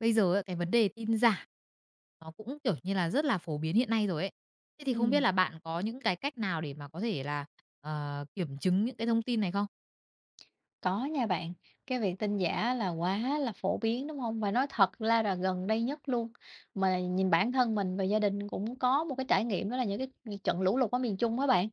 Bây giờ ấy, cái vấn đề tin giả nó cũng, kiểu như là, rất là phổ biến hiện nay rồi ấy. Thế thì Ừ. không biết là bạn có những cái cách nào để mà có thể là, kiểm chứng những cái thông tin này không? Có nha bạn, cái việc tin giả là quá là phổ biến, đúng không? Và nói thật la là gần đây nhất luôn, mà nhìn bản thân mình và gia đình cũng có một cái trải nghiệm đó là những cái trận lũ lụt ở miền Trung á bạn.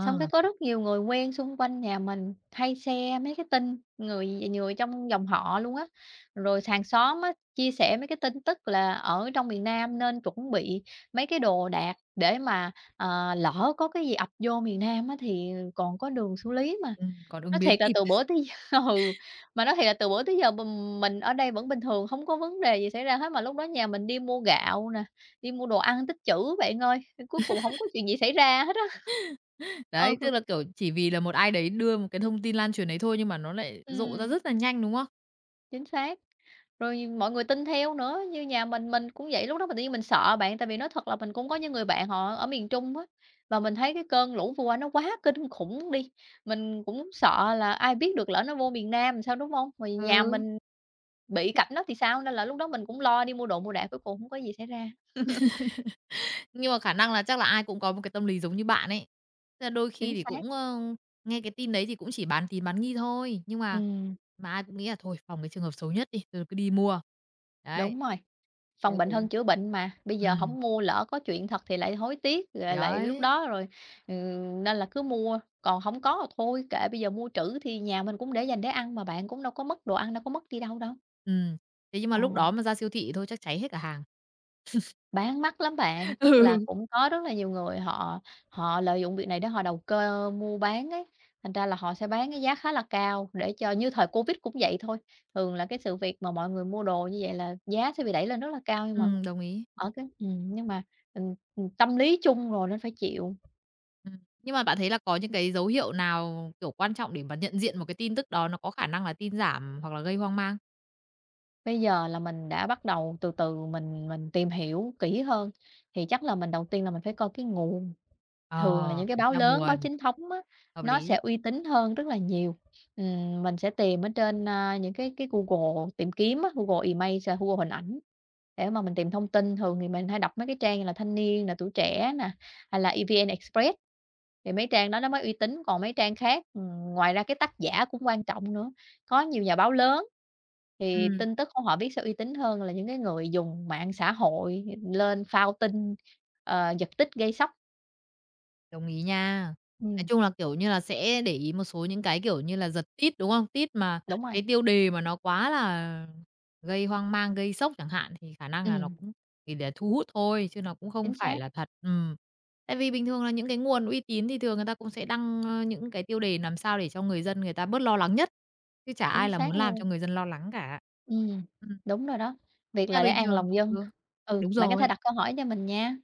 Xong cái có rất nhiều người quen xung quanh nhà mình hay share mấy cái tin, người người trong dòng họ luôn á, rồi hàng xóm á, chia sẻ mấy cái tin tức là ở trong miền Nam nên chuẩn bị mấy cái đồ đạc để mà, lỡ có cái gì ập vô miền Nam á thì còn có đường xử lý mà. Còn ứng Nói biến thiệt là kịp. từ bữa tới Ừ, mà nói thiệt là từ bữa tới giờ mình ở đây vẫn bình thường, không có vấn đề gì xảy ra hết, mà lúc đó nhà mình đi mua gạo nè, đi mua đồ ăn tích trữ bạn ơi, cuối cùng không có chuyện gì xảy ra hết á. Ừ, Đấy, tức là, kiểu, chỉ vì là một ai đấy đưa một cái thông tin lan truyền đấy thôi nhưng mà nó lại rộ ra ừm, rất là nhanh, đúng không? chính xác, rồi mọi người tin theo nữa, như nhà mình cũng vậy, lúc đó mình tự nhiên mình sợ bạn, tại vì nói thật là mình cũng có những người bạn họ ở miền Trung á, và mình thấy cái cơn lũ vừa qua nó quá kinh khủng đi, mình cũng sợ là ai biết được lỡ nó vô miền Nam làm sao, đúng không? Mà nhà Ừ. mình bị cảnh đó thì sao, nên là lúc đó mình cũng lo đi mua đồ mua đạc, cuối cùng không có gì xảy ra. Nhưng mà khả năng là chắc là ai cũng có một cái tâm lý giống như bạn ấy. Tức là đôi Chính khi thì xác. cũng, nghe cái tin đấy thì cũng chỉ bán tín bán nghi thôi, nhưng mà Ừm, ai cũng nghĩ là thôi phòng cái trường hợp xấu nhất đi, rồi cứ đi mua. Đấy. đúng rồi, Thế phòng bệnh cuối hơn chữa bệnh mà, bây ừ giờ không mua lỡ có chuyện thật thì lại hối tiếc, thì rồi lại lúc đấy, đó rồi, nên là cứ mua, còn không có thì thôi kệ, bây giờ mua trữ thì nhà mình cũng để dành để ăn mà bạn, cũng đâu có mất đồ ăn, đâu có mất đi đâu đâu. ừm, thế nhưng mà Ờ. lúc đó mà ra siêu thị thôi chắc cháy hết cả hàng. Bán mắc lắm bạn, tức là Ừ, cũng có rất là nhiều người họ họ lợi dụng việc này để họ đầu cơ mua bán ấy, thành ra là họ sẽ bán cái giá khá là cao để cho như thời Covid cũng vậy thôi. Thường là cái sự việc mà mọi người mua đồ như vậy là giá sẽ bị đẩy lên rất là cao, nhưng mà đồng ý. ở tâm lý chung rồi nên phải chịu. Nhưng mà bạn thấy là có những cái dấu hiệu nào, kiểu, quan trọng để mà nhận diện một cái tin tức đó nó có khả năng là tin giảm hoặc là gây hoang mang? Bây giờ là mình đã bắt đầu từ từ mình tìm hiểu kỹ hơn, thì chắc là mình đầu tiên là mình phải coi cái nguồn. Ờ, Thường là những cái kiểm báo tra lớn, báo nguồn, chính thống á, hợp nó sẽ lý. uy tín hơn rất là nhiều. Mình sẽ tìm ở trên, những cái Google tìm kiếm á, Google Image, à, Google hình ảnh để mà mình tìm thông tin. Thường thì mình hay đọc mấy cái trang như là Thanh Niên là Tuổi Trẻ nè, hay là EVN Express, thì mấy trang đó nó mới uy tín, còn mấy trang khác ngoài ra cái tác giả cũng quan trọng nữa. Có nhiều nhà báo lớn thì Ừ. tin tức của họ viết sẽ uy tín hơn là những cái người dùng mạng xã hội lên phao tin, giật tít gây sốc. Đồng ý nha. Nói Ừm. chung là, kiểu như là, sẽ để ý một số những cái, kiểu như là, giật tít, đúng không? Tít mà Đúng rồi, cái tiêu đề mà nó quá là gây hoang mang, gây sốc chẳng hạn, thì khả năng là nó ừm, cũng chỉ để thu hút thôi, chứ nó cũng không chính phải xác, là thật. Ừm. Tại vì bình thường là những cái nguồn uy tín thì thường người ta cũng sẽ đăng, những cái tiêu đề làm sao để cho người dân người ta bớt lo lắng nhất, chứ chả chính ai là xác muốn làm luôn, cho người dân lo lắng cả. ừm, Ừm, đúng rồi đó, việc thế là để bình an thường lòng dân. ừ, Ừ, đúng bạn có thể rồi. đặt câu hỏi cho mình nha,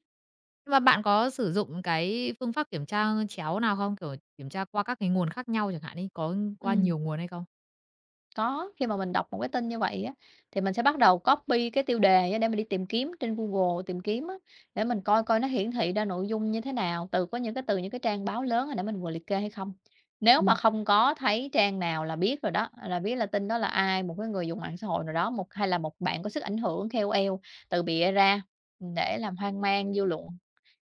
Và bạn có sử dụng cái phương pháp kiểm tra chéo nào không? Kiểu, kiểm tra qua các cái nguồn khác nhau chẳng hạn ấy, có qua ừm. nhiều nguồn hay không? Có, khi mà mình đọc một cái tin như vậy á, thì mình sẽ bắt đầu copy cái tiêu đề á để mình đi tìm kiếm trên Google tìm kiếm á, để mình coi coi nó hiển thị ra nội dung như thế nào, từ những cái trang báo lớn hồi nãy mình vừa liệt kê hay không. Nếu mà Ừm, không có thấy trang nào là biết rồi đó, là biết là tin đó là ai, một cái người dùng mạng xã hội nào đó, hay là một bạn có sức ảnh hưởng KOL từ bịa ra để làm hoang mang dư luận.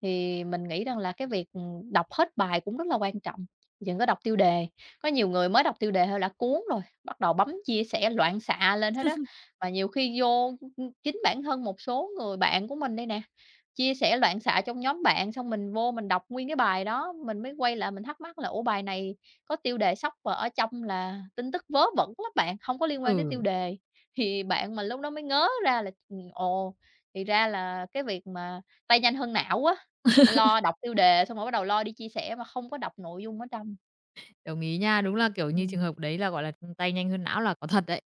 Thì mình nghĩ rằng là cái việc, đọc hết bài cũng rất là quan trọng, đừng có đọc tiêu đề. Có nhiều người mới đọc tiêu đề thôi là cuốn rồi, bắt đầu bấm chia sẻ loạn xạ lên hết đó. Mà nhiều khi vô, chính bản thân một số người bạn của mình đây nè, chia sẻ loạn xạ trong nhóm bạn, xong mình vô mình đọc nguyên cái bài đó, mình mới quay lại mình thắc mắc là "Ủa, bài này có tiêu đề sóc và ở trong là tin tức vớ vẩn lắm bạn, không có liên quan tới tiêu ừ, đề." Thì bạn mình lúc đó mới ngớ ra là, ồ, thì ra là cái việc mà tay nhanh hơn não á, lo đọc tiêu đề xong rồi bắt đầu lo đi chia sẻ mà không có đọc nội dung ở trong. đồng ý nha. Đúng là, kiểu như, trường Ừm, hợp đấy là, gọi là, tay nhanh hơn não là có thật đấy.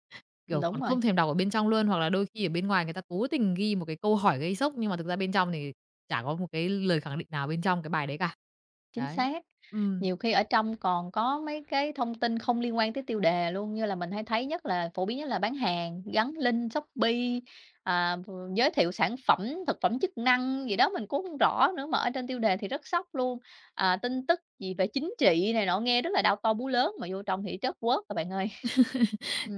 Kiểu, đúng còn rồi, không thèm đọc ở bên trong luôn, hoặc là đôi khi ở bên ngoài người ta cố tình ghi một cái câu hỏi gây sốc, nhưng mà thực ra bên trong thì chả có một cái lời khẳng định nào bên trong cái bài đấy cả. chính Đấy. xác. Ừm. Nhiều khi ở trong còn có mấy cái thông tin không liên quan tới tiêu đề luôn, như là mình hay thấy nhất là phổ biến nhất là bán hàng, gắn link Shopee, à, v giới thiệu sản phẩm, thực phẩm chức năng gì đó mình cũng hông rõ nữa, mà ở trên tiêu đề thì rất sốc luôn. À, tin tức gì về chính trị này nọ nghe rất là đau to búa lớn mà vô trong thì trớt quớt à bạn ơi.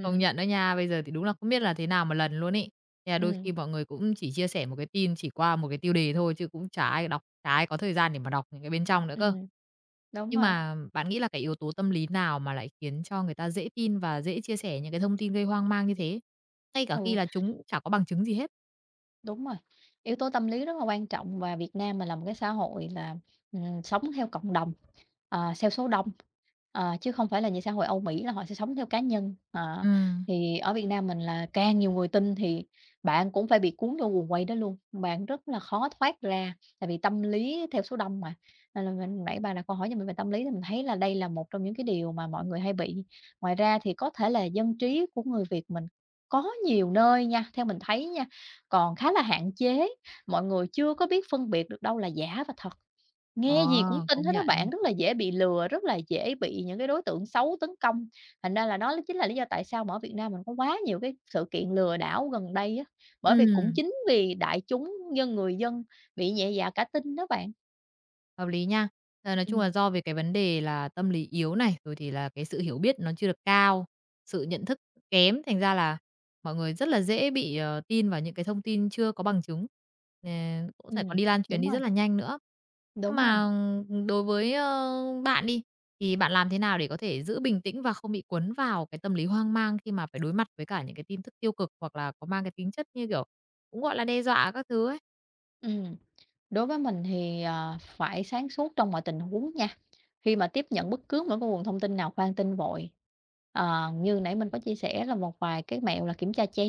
Công nhận đó nha, bây giờ thì đúng là không biết là thế nào một lần luôn ấy. Thế là đôi ừm, khi mọi người cũng chỉ chia sẻ một cái tin chỉ qua một cái tiêu đề thôi chứ cũng chả ai đọc, chả ai có thời gian để mà đọc những cái bên trong nữa cơ. ừm, đúng Nhưng rồi, mà bạn nghĩ là cái yếu tố tâm lý nào mà lại khiến cho người ta dễ tin và dễ chia sẻ những cái thông tin gây hoang mang như thế, ngay cả khi ừ. là chúng cũng chả có bằng chứng gì hết? Đúng rồi, yếu tố tâm lý rất là quan trọng và Việt Nam mình là một cái xã hội là, sống theo cộng đồng, theo số đông, chứ không phải là như xã hội Âu Mỹ là họ sẽ sống theo cá nhân. Ờ, Ừm. thì ở Việt Nam mình là càng nhiều người tin thì bạn cũng phải bị cuốn vô guồng quay đó luôn, bạn rất là khó thoát ra, tại vì tâm lý theo số đông mà. Nên là mình nãy bà đặt câu hỏi cho mình về tâm lý thì mình thấy là đây là một trong những cái điều mà mọi người hay bị. Ngoài ra thì có thể là dân trí của người Việt mình có nhiều nơi nha, theo mình thấy nha, còn khá là hạn chế, mọi người chưa có biết phân biệt được đâu là giả và thật, Ờ, nghe gì cũng tin công hết đó bạn, nhận. rất là dễ bị lừa, rất là dễ bị những cái đối tượng xấu tấn công. Thành ra là nó chính là lý do tại sao mà ở Việt Nam mình có quá nhiều cái sự kiện lừa đảo gần đây á, bởi vì cũng Ừm. chính vì đại chúng, người dân bị nhẹ dạ cả tin đó bạn. Hợp lý nha. Ờ, nói chung Ừm, là do về cái vấn đề là tâm lý yếu này, rồi thì là cái sự hiểu biết nó chưa được cao, sự nhận thức kém, thành ra là mọi người rất là dễ bị, tin vào những cái thông tin chưa có bằng chứng, ờ, cũng phải còn ừm, đi lan truyền đúng đi rồi, rất là nhanh nữa. Nhưng đúng rồi. mà đối với, bạn đi, thì bạn làm thế nào để có thể giữ bình tĩnh và không bị cuốn vào cái tâm lý hoang mang khi mà phải đối mặt với cả những cái tin tức tiêu cực, hoặc là có mang cái tính chất như kiểu, cũng, gọi là, đe dọa các thứ ấy? Ừm, đối với mình thì, phải sáng suốt trong mọi tình huống nha. Khi mà tiếp nhận bất cứ một cái nguồn thông tin nào, khoan tin vội. Ờ, như nãy mình có chia sẻ là một vài cái mẹo là kiểm tra chéo.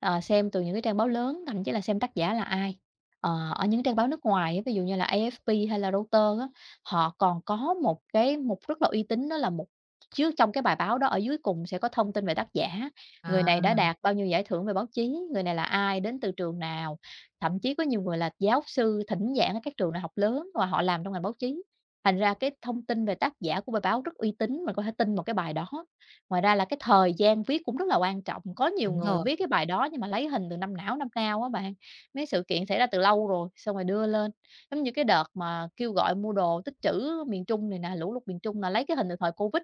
Ờ, xem từ những cái trang báo lớn, thậm chí là xem tác giả là ai. Ờ, ở những trang báo nước ngoài á, ví dụ như là AFP hay là Reuters á, họ còn có một cái mục rất là uy tín đó là một chứ trong cái bài báo đó ở dưới cùng sẽ có thông tin về tác giả, người này đã À, đạt bao nhiêu giải thưởng về báo chí, người này là ai, đến từ trường nào, thậm chí có nhiều người là giáo sư thỉnh giảng ở các trường đại học lớn và họ làm trong ngành báo chí. Thành ra cái thông tin về tác giả của bài báo rất uy tín, mình có thể tin một cái bài đó. Ngoài ra là cái thời gian viết cũng rất là quan trọng, có nhiều đúng người rồi. viết cái bài đó nhưng mà lấy hình từ năm nào á bạn, mấy sự kiện xảy ra từ lâu rồi, xong rồi đưa lên. Giống như cái đợt mà kêu gọi mua đồ tích trữ miền Trung này nè, lũ lụt miền Trung là lấy cái hình từ thời Covid,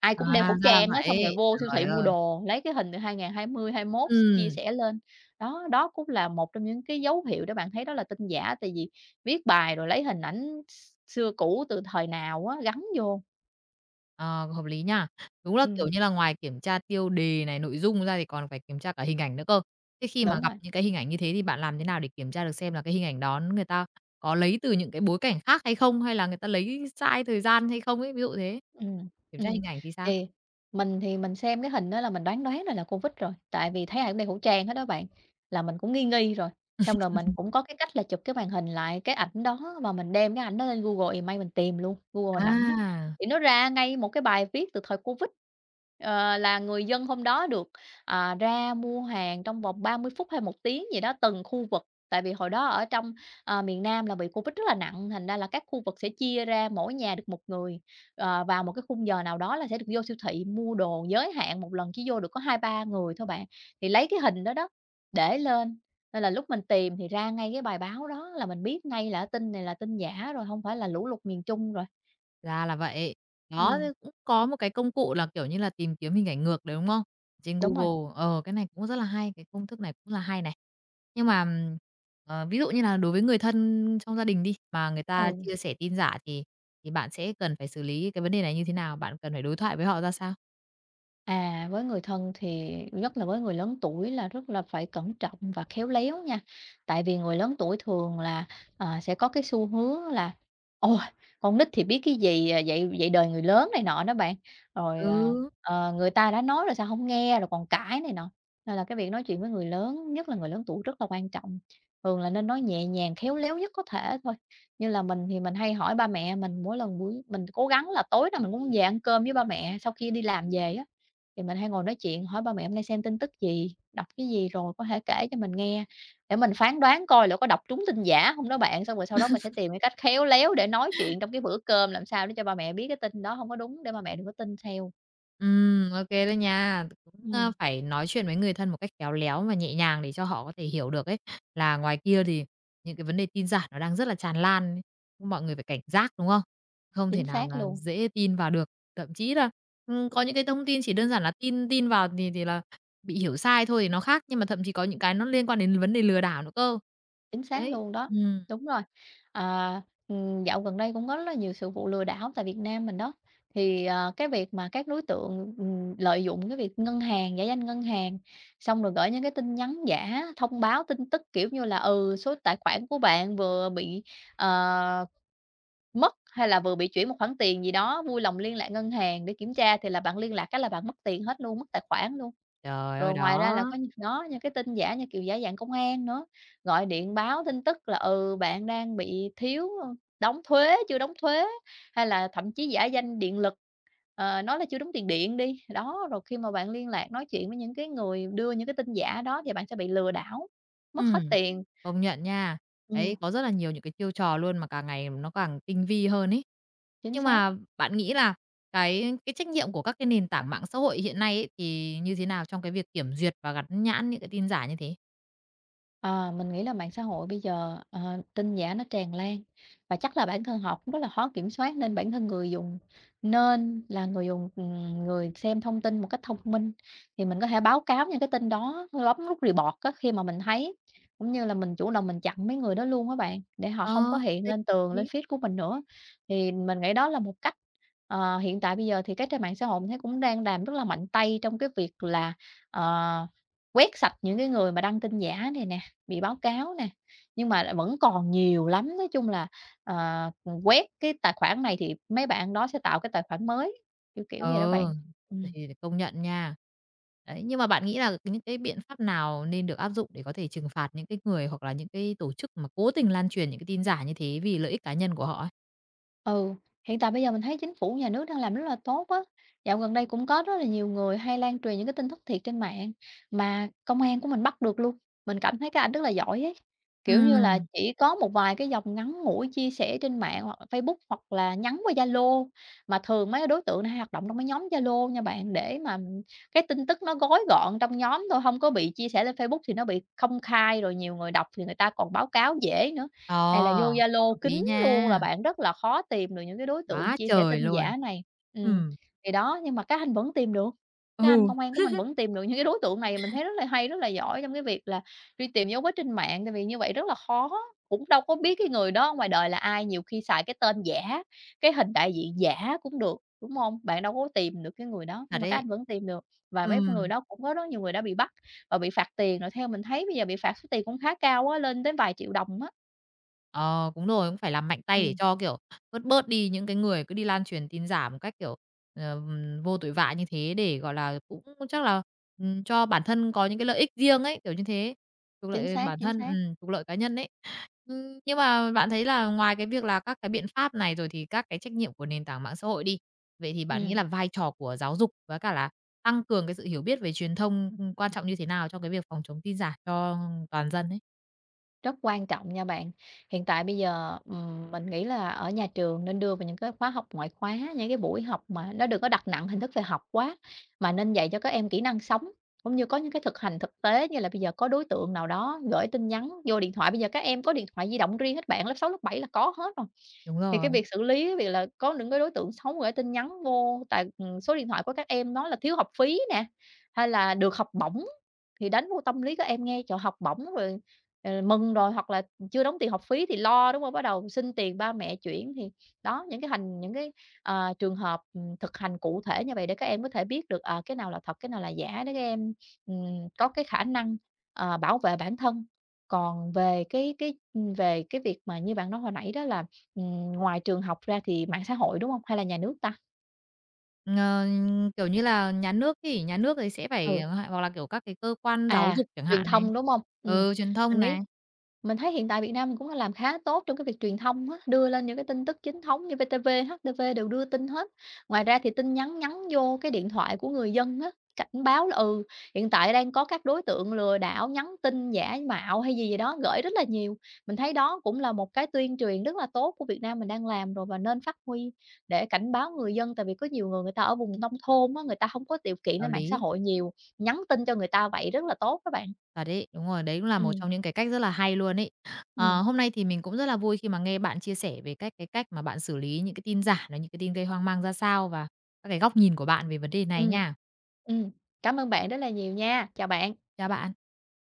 ai À, cũng đeo khẩu ra là trang á, xong rồi vậy. vô siêu Trời thị mua ơi! đồ, lấy cái hình từ 2020, 2021 chia Ừm, sẻ lên. Đó, đó cũng là một trong những cái dấu hiệu để bạn thấy đó là tin giả, tại vì viết bài rồi lấy hình ảnh xưa cũ từ thời nào á, gắn vô. ờ, hợp lý nha. Đúng là, kiểu Ừm, như là, ngoài kiểm tra tiêu đề này, nội dung ra thì còn phải kiểm tra cả hình ảnh nữa cơ. Thế khi mà đúng gặp rồi. những cái hình ảnh như thế thì bạn làm thế nào để kiểm tra được xem là cái hình ảnh đó người ta có lấy từ những cái bối cảnh khác hay không? Hay là người ta lấy sai thời gian hay không ấy? Ví dụ thế. Ừ, Kiểm tra ừm, hình ảnh thì sao? thì thì mình xem cái hình đó là mình đoán đoán ra là Covid rồi, tại vì thấy ai cũng đeo khẩu trang hết đó bạn, là mình cũng nghi nghi rồi. Xong rồi mình cũng có cái cách là chụp cái màn hình lại cái ảnh đó và mình đem cái ảnh đó lên Google Image mình tìm luôn, Google hình ảnh đó À, thì nó ra ngay một cái bài viết từ thời Covid, là người dân hôm đó được, ra mua hàng trong vòng 30 phút hay một tiếng gì đó từng khu vực. Tại vì hồi đó ở trong, miền Nam là bị Covid rất là nặng, thành ra là các khu vực sẽ chia ra mỗi nhà được một người. Vào một cái khung giờ nào đó là sẽ được vô siêu thị mua đồ giới hạn, một lần chỉ vô được có hai ba người thôi bạn. Thì lấy cái hình đó đó, để lên, nên là lúc mình tìm thì ra ngay cái bài báo đó là mình biết ngay là tin này là tin giả rồi, không phải là lũ lụt miền Trung rồi. ra là vậy. Đó, Ừm, thế cũng có một cái công cụ là, kiểu như là, tìm kiếm hình ảnh ngược đấy, đúng không? Trên đúng rồi. Google. Ờ, cái này cũng rất là hay, cái công thức này cũng là hay này. Nhưng mà, ví dụ như là đối với người thân trong gia đình đi, mà người ta Ừ. chia sẻ tin giả thì bạn sẽ cần phải xử lý cái vấn đề này như thế nào? Bạn cần phải đối thoại với họ ra sao? À, với người thân thì nhất là với người lớn tuổi là rất là phải cẩn trọng và khéo léo nha. Tại vì người lớn tuổi thường là, sẽ có cái xu hướng là "Ôi, con nít thì biết cái gì, à, dạy dạy đời người lớn" này nọ đó bạn. Rồi, Ừ. ờ, Người ta đã nói rồi sao không nghe, rồi còn cãi này nọ. Nên là cái việc nói chuyện với người lớn, nhất là người lớn tuổi rất là quan trọng. Thường là nên nói nhẹ nhàng, khéo léo nhất có thể thôi. Như là mình thì mình hay hỏi ba mẹ mình mỗi lần buổi mình cố gắng là tối nào mình cũng về ăn cơm với ba mẹ sau khi đi làm về á. Thì mình hay ngồi nói chuyện hỏi ba mẹ hôm nay xem tin tức gì, đọc cái gì rồi có thể kể cho mình nghe, để mình phán đoán coi là có đọc trúng tin giả không đó bạn. Xong rồi sau đó mình sẽ tìm cái cách khéo léo để nói chuyện trong cái bữa cơm làm sao để cho ba mẹ biết cái tin đó không có đúng để ba mẹ đừng có tin theo. Ô đó nha. Cũng, Ừm, phải nói chuyện với người thân một cách khéo léo và nhẹ nhàng để cho họ có thể hiểu được ấy, là ngoài kia thì những cái vấn đề tin giả nó đang rất là tràn lan ấy, mọi người phải cảnh giác, đúng không? Không thể chính nào xác mà luôn. dễ tin vào được. Thậm chí là, có những cái thông tin chỉ đơn giản là tin tin vào thì là bị hiểu sai thôi thì nó khác, nhưng mà thậm chí có những cái nó liên quan đến vấn đề lừa đảo nữa cơ. Chính xác Đấy, luôn đó, ừm, đúng rồi. À, dạo gần đây cũng có rất là nhiều sự vụ lừa đảo tại Việt Nam mình đó, cái việc mà các đối tượng, lợi dụng cái việc ngân hàng, giả danh ngân hàng, xong rồi gửi những cái tin nhắn giả thông báo tin tức, kiểu như là, ừ, số tài khoản của bạn vừa bị, ờ, mất hay là vừa bị chuyển một khoản tiền gì đó, vui lòng liên lạc ngân hàng để kiểm tra, thì là bạn liên lạc cái là bạn mất tiền hết luôn, mất tài khoản luôn. trời ơi, Rồi đó. ngoài ra là có những đó, những cái tin giả như kiểu giả dạng công an nữa, gọi điện báo tin tức là, ừ, bạn đang bị thiếu, đóng thuế, chưa đóng thuế, hay là thậm chí giả danh điện lực, nói là chưa đóng tiền điện đi. Đó, rồi khi mà bạn liên lạc nói chuyện với những cái người đưa những cái tin giả đó thì bạn sẽ bị lừa đảo, mất hết Ừm, tiền. công nhận nha. Ừm, Đấy, có rất là nhiều những cái chiêu trò luôn mà càng ngày nó càng tinh vi hơn ấy. chính Nhưng xác. mà bạn nghĩ là cái trách nhiệm của các cái nền tảng mạng xã hội hiện nay ấy, thì như thế nào trong cái việc kiểm duyệt và gắn nhãn những cái tin giả như thế? Ờ, mình nghĩ là mạng xã hội bây giờ, tin giả nó tràn lan và chắc là bản thân họ cũng rất là khó kiểm soát nên bản thân người dùng nên là người dùng, người xem thông tin một cách thông minh. Thì mình có thể báo cáo những cái tin đó, bấm nút report á khi mà mình thấy, cũng như là mình chủ động mình chặn mấy người đó luôn các bạn, để họ Ờ, không có hiện đấy, lên tường, lên đấy. feed của mình nữa. Thì mình nghĩ đó là một cách. Ờ, hiện tại bây giờ thì các trang mạng xã hội mình thấy cũng đang làm rất là mạnh tay trong cái việc là, ờ, quét sạch những cái người mà đăng tin giả này nè bị báo cáo nè, nhưng mà lại vẫn còn nhiều lắm. Nói chung là, ờ, quét cái tài khoản này thì mấy bạn đó sẽ tạo cái tài khoản mới, kiểu vậy đó bạn. Ờ, Ừm. thì công nhận nha. Đấy, nhưng mà bạn nghĩ là những cái biện pháp nào nên được áp dụng để có thể trừng phạt những cái người hoặc là những cái tổ chức mà cố tình lan truyền những cái tin giả như thế vì lợi ích cá nhân của họ ấy? Ừ, hiện tại bây giờ mình thấy chính phủ, nhà nước đang làm rất là tốt á. Dạo gần đây cũng có rất là nhiều người hay lan truyền những cái tin thất thiệt trên mạng mà công an của mình bắt được luôn. Mình cảm thấy các anh rất là giỏi ấy. Kiểu như là, Ừm, chỉ có một vài cái dòng ngắn ngủi chia sẻ trên mạng hoặc là Facebook hoặc là nhắn qua Zalo, mà thường mấy cái đối tượng này hay hoạt động trong mấy nhóm Zalo nha bạn, để mà cái tin tức nó gói gọn trong nhóm thôi, không có bị chia sẻ lên Facebook thì nó bị công khai, rồi nhiều người đọc thì người ta còn báo cáo dễ nữa. ờ, Này là vô Zalo hợp lý kín nha. luôn là bạn rất là khó tìm được những cái đối tượng Quá chia sẻ trời tin luôn! giả này. Ừm, Ừm, thì đó, nhưng mà các anh vẫn tìm được, các anh ừ, công an của mình vẫn tìm được những cái đối tượng này, mình thấy rất là hay, rất là giỏi trong cái việc là truy tìm dấu vết trên mạng, tại vì như vậy rất là khó, cũng đâu có biết cái người đó ngoài đời là ai, nhiều khi xài cái tên giả, cái hình đại diện giả cũng được, đúng không? Bạn đâu có tìm được cái người đó, thật nhưng mà các đấy. anh vẫn tìm được và mấy người Ừm. đó cũng có rất nhiều người đã bị bắt và bị phạt tiền, rồi theo mình thấy bây giờ bị phạt số tiền cũng khá cao á, lên tới vài triệu đồng á. Ờ, đúng rồi, cũng phải làm mạnh tay để Ừm. cho, kiểu, bớt bớt đi những cái người cứ đi lan truyền tin giả một cách, kiểu, vô tội vạ như thế để, gọi là, cũng chắc là, cho bản thân có những cái lợi ích riêng ấy, kiểu như thế, trục Chính lợi xác, bản chính thân, xác. Trục lợi cá nhân ấy. Nhưng mà bạn thấy là ngoài cái việc là các cái biện pháp này rồi thì các cái trách nhiệm của nền tảng mạng xã hội đi, vậy thì bạn nghĩ Ừm, là vai trò của giáo dục với cả là tăng cường cái sự hiểu biết về truyền thông, quan trọng như thế nào trong cái việc phòng chống tin giả cho toàn dân ấy? rất quan trọng nha bạn. Hiện tại bây giờ, mình nghĩ là ở nhà trường nên đưa vào những cái khóa học ngoại khóa, những cái buổi học mà nó đừng có đặt nặng hình thức về học quá, mà nên dạy cho các em kỹ năng sống, cũng như có những cái thực hành thực tế như là bây giờ có đối tượng nào đó gửi tin nhắn vô điện thoại, bây giờ các em có điện thoại di động riêng hết bạn, lớp 6 lớp 7 là có hết rồi. Đúng Thì rồi. cái việc xử lý cái việc là có những cái đối tượng xấu gửi tin nhắn vô tại, số điện thoại của các em nói là thiếu học phí nè, hay là được học bổng, thì đánh vô tâm lý các em nghe, trời, học bổng rồi, mừng rồi, hoặc là chưa đóng tiền học phí thì lo, đúng không? Bắt đầu xin tiền ba mẹ chuyển thì đó, những cái hành những cái, trường hợp, thực hành cụ thể như vậy để các em có thể biết được, à, cái nào là thật, cái nào là giả để các em, có cái khả năng, bảo vệ bản thân. Còn về về cái việc mà như bạn nói hồi nãy đó là ừm, ngoài trường học ra thì mạng xã hội, đúng hông? Hay là nhà nước ta? Ờ, kiểu như là, nhà nước thì sẽ phải Ừ. hoặc hoặc là, kiểu, các cái cơ quan giáo À, dục chẳng truyền hạn này, thông, đúng hông? Ừ, truyền mình thông nghĩ này, mình thấy hiện tại Việt Nam mình cũng đã làm khá tốt trong cái việc truyền thông á, đưa lên những cái tin tức chính thống như VTV, HTV đều đưa tin hết. Ngoài ra thì tin nhắn nhắn vô cái điện thoại của người dân á, cảnh báo là, ừ, hiện tại đang có các đối tượng lừa đảo nhắn tin giả mạo hay gì gì đó gửi rất là nhiều. Mình thấy đó cũng là một cái tuyên truyền rất là tốt của Việt Nam mình đang làm rồi và nên phát huy để cảnh báo người dân, tại vì có nhiều người người ta ở vùng nông thôn á, người ta hông có điều kiện hợp lên mạng xã lý, hội nhiều. Nhắn tin cho người ta vậy rất là tốt các bạn. thật đấy, đúng rồi, đấy cũng là một Ừm, trong những cái cách rất là hay luôn ấy. Ừm, Ờ, hôm nay thì mình cũng rất là vui khi mà nghe bạn chia sẻ về cái cách mà bạn xử lý những cái tin giả, là những cái tin gây hoang mang ra sao và các cái góc nhìn của bạn về vấn đề này ừm, nha. ừm. Cảm ơn bạn rất là nhiều nha. Chào bạn. Chào bạn.